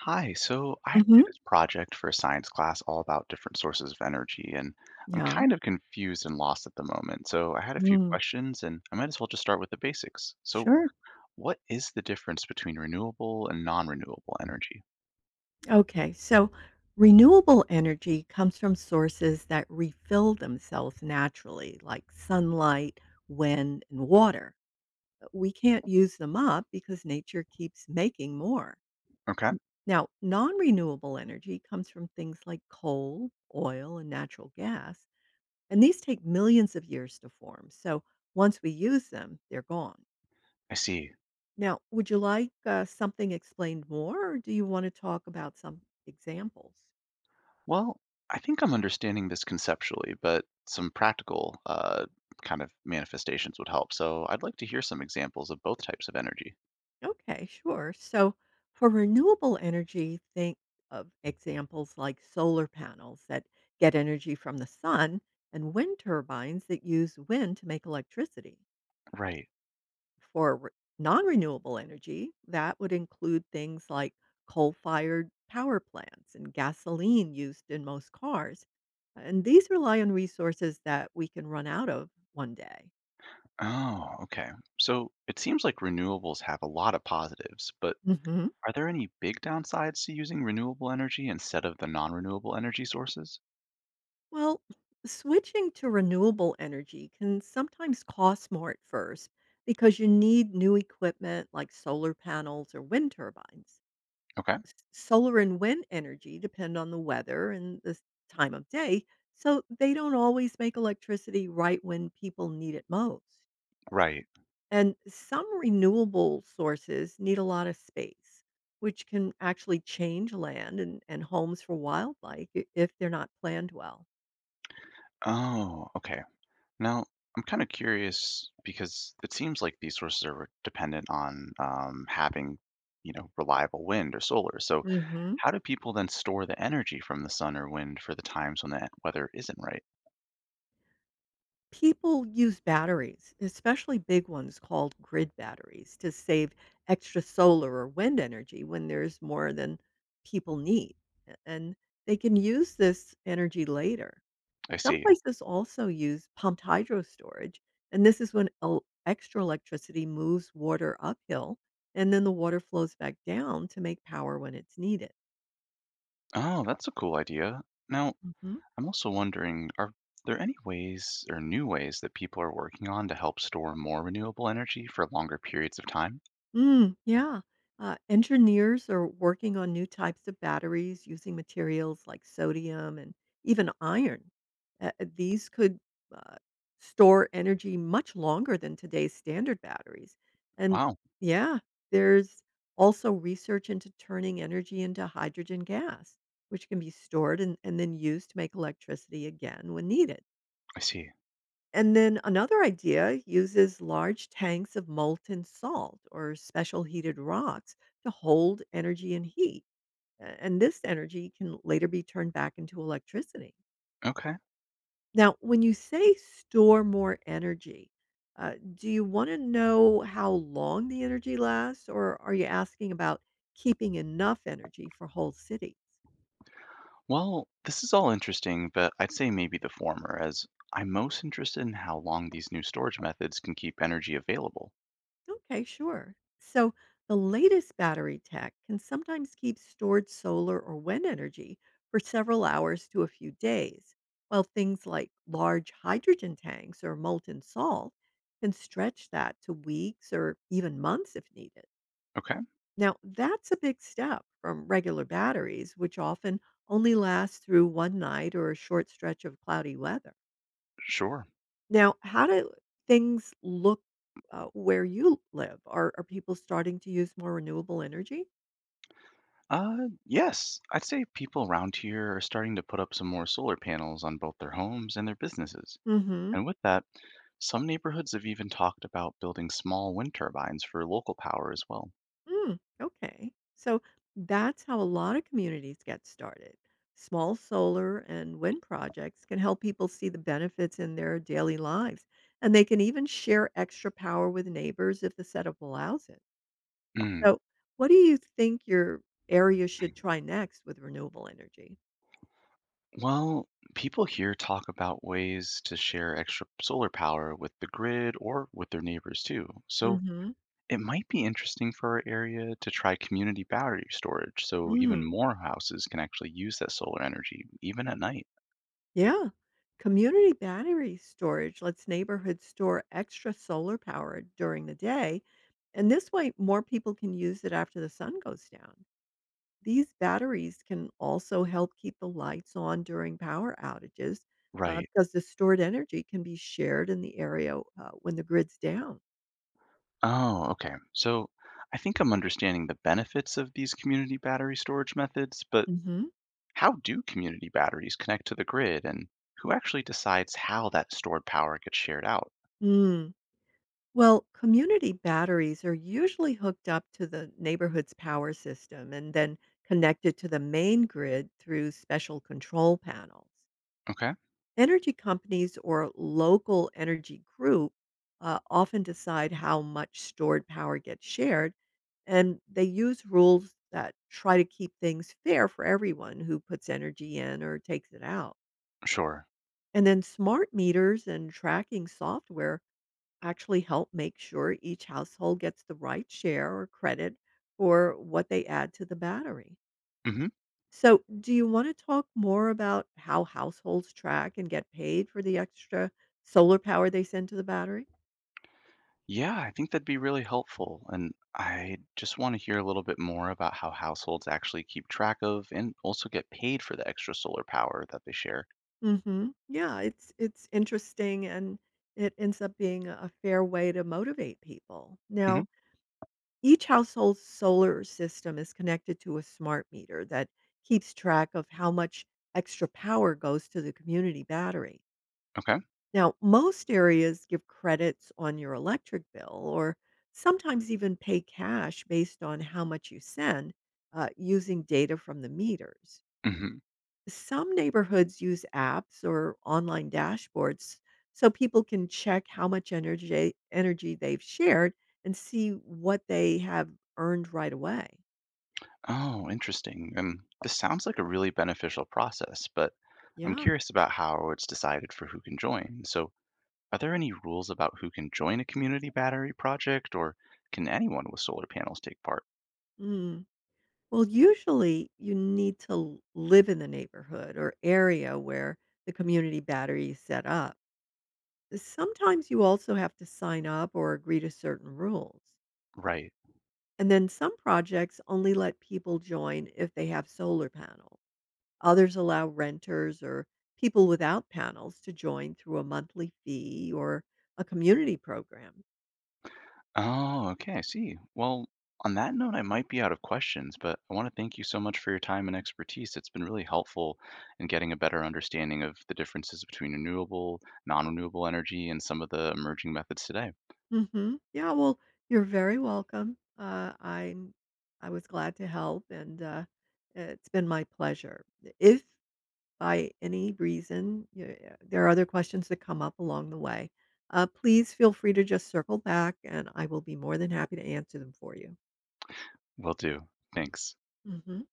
Hi, so I did Mhm. this project for a science class all about different sources of energy, and I'm Yeah. kind of confused and lost at the moment. So I had a few Mm. questions, and I might as well just start with the basics. So, Sure. what is the difference between renewable and non-renewable energy? Okay. So renewable energy comes from sources that refill themselves naturally, like sunlight, wind, and water. But we can't use them up because nature keeps making more. Okay, Now, non renewable energy comes from things like coal, oil, and natural gas, and these take millions of years to form. So once we use them, they're gone. I see. Now, would you like something explained more, or do you want to talk about some examples? Well, I think I'm understanding this conceptually, but some practical kind of manifestations would help. So I'd like to hear some examples of both types of energy. Okay, sure. So, for renewable energy, think of examples like solar panels that get energy from the sun and wind turbines that use wind to make electricity. Right. For non-renewable energy, that would include things like coal-fired power plants and gasoline used in most cars. And these rely on resources that we can run out of one day. Oh, okay. So it seems like renewables have a lot of positives, but Hmm are there any big downsides to using renewable energy instead of the non-renewable energy sources? Well, switching to renewable energy can sometimes cost more at first because you need new equipment like solar panels or wind turbines. Okay. Solar and wind energy depend on the weather and the time of day, so they don't always make electricity right when people need it most. Right. And some renewable sources need a lot of space, which can actually change land and homes for wildlife if they're not planned well. Oh, okay. Now, I'm kind of curious because it seems like these sources are dependent on having, reliable wind or solar. So Hmm how do people then store the energy from the sun or wind for the times when the weather isn't right? People use batteries, especially big ones called grid batteries, to save extra solar or wind energy when there's more than people need. And they can use this energy later. I Some see. places also use pumped hydro storage. And this is when extra electricity moves water uphill and then the water flows back down to make power when it's needed. Oh, that's a cool idea. Now, Mm-hmm. I'm also wondering, are there any ways or new ways that people are working on to help store more renewable energy for longer periods of time? Mm, yeah. Engineers are working on new types of batteries using materials like sodium and even iron. These could uh, store energy much longer than today's standard batteries. And Wow, yeah, there's also research into turning energy into hydrogen gas, which can be stored and then used to make electricity again when needed. I see. And then another idea uses large tanks of molten salt or special heated rocks to hold energy and heat. And this energy can later be turned back into electricity. Okay. Now, when you say store more energy, do you want to know how long the energy lasts, or are you asking about keeping enough energy for whole cities? Well, this is all interesting, but I'd say maybe the former, as I'm most interested in how long these new storage methods can keep energy available. Okay, sure. So the latest battery tech can sometimes keep stored solar or wind energy for several hours to a few days, while things like large hydrogen tanks or molten salt can stretch that to weeks or even months if needed. Okay, Now, that's a big step from regular batteries, which often only last through one night or a short stretch of cloudy weather. sure. Now, how do things look where you live? Are people starting to use more renewable energy? Uh, yes, I'd say people around here are starting to put up some more solar panels on both their homes and their businesses. Mhm. And with that, some neighborhoods have even talked about building small wind turbines for local power as well. Mm, okay. So that's how a lot of communities get started. Small solar and wind projects can help people see the benefits in their daily lives, and they can even share extra power with neighbors if the setup allows it. Mm. So, what do you think your area should try next with renewable energy? Well, people here talk about ways to share extra solar power with the grid or with their neighbors too. So Mhm. it might be interesting for our area to try community battery storage so even Mm. more houses can actually use that solar energy, even at night. Yeah. Community battery storage lets neighborhoods store extra solar power during the day. And this way, more people can use it after the sun goes down. These batteries can also help keep the lights on during power outages Right. because the stored energy can be shared in the area when the grid's down. Oh, okay. So I think I'm understanding the benefits of these community battery storage methods, but Mm-hmm. how do community batteries connect to the grid, and who actually decides how that stored power gets shared out? hmm Well, community batteries are usually hooked up to the neighborhood's power system and then connected to the main grid through special control panels. Okay, Energy companies or local energy group often decide how much stored power gets shared, and they use rules that try to keep things fair for everyone who puts energy in or takes it out. sure. And then smart meters and tracking software actually help make sure each household gets the right share or credit for what they add to the battery. Hmm. So, do you want to talk more about how households track and get paid for the extra solar power they send to the battery? Yeah, I think that'd be really helpful. And I just want to hear a little bit more about how households actually keep track of and also get paid for the extra solar power that they share. Mhm. Yeah, it's interesting and it ends up being a fair way to motivate people. Hmm. Now, each household's solar system is connected to a smart meter that keeps track of how much extra power goes to the community battery. Okay. Now, most areas give credits on your electric bill or sometimes even pay cash based on how much you send using data from the meters. Hmm. Some neighborhoods use apps or online dashboards so people can check how much energy they've shared and see what they have earned right away. Oh, interesting. And this sounds like a really beneficial process, but I'm Yeah. curious about how it's decided for who can join. So, are there any rules about who can join a community battery project, or can anyone with solar panels take part? Mm. Well, usually you need to live in the neighborhood or area where the community battery is set up. Sometimes you also have to sign up or agree to certain rules. Right. And then some projects only let people join if they have solar panels. Others allow renters or people without panels to join through a monthly fee or a community program. Oh, okay, I see. Well, on that note, I might be out of questions, but I want to thank you so much for your time and expertise. It's been really helpful in getting a better understanding of the differences between renewable, non renewable energy, and some of the emerging methods today. Hmm Yeah, well, you're very welcome. I was glad to help, and it's been my pleasure. If by any reason, y there are other questions that come up along the way, please feel free to just circle back, and I will be more than happy to answer them for you. Will do. Thanks. Mhm.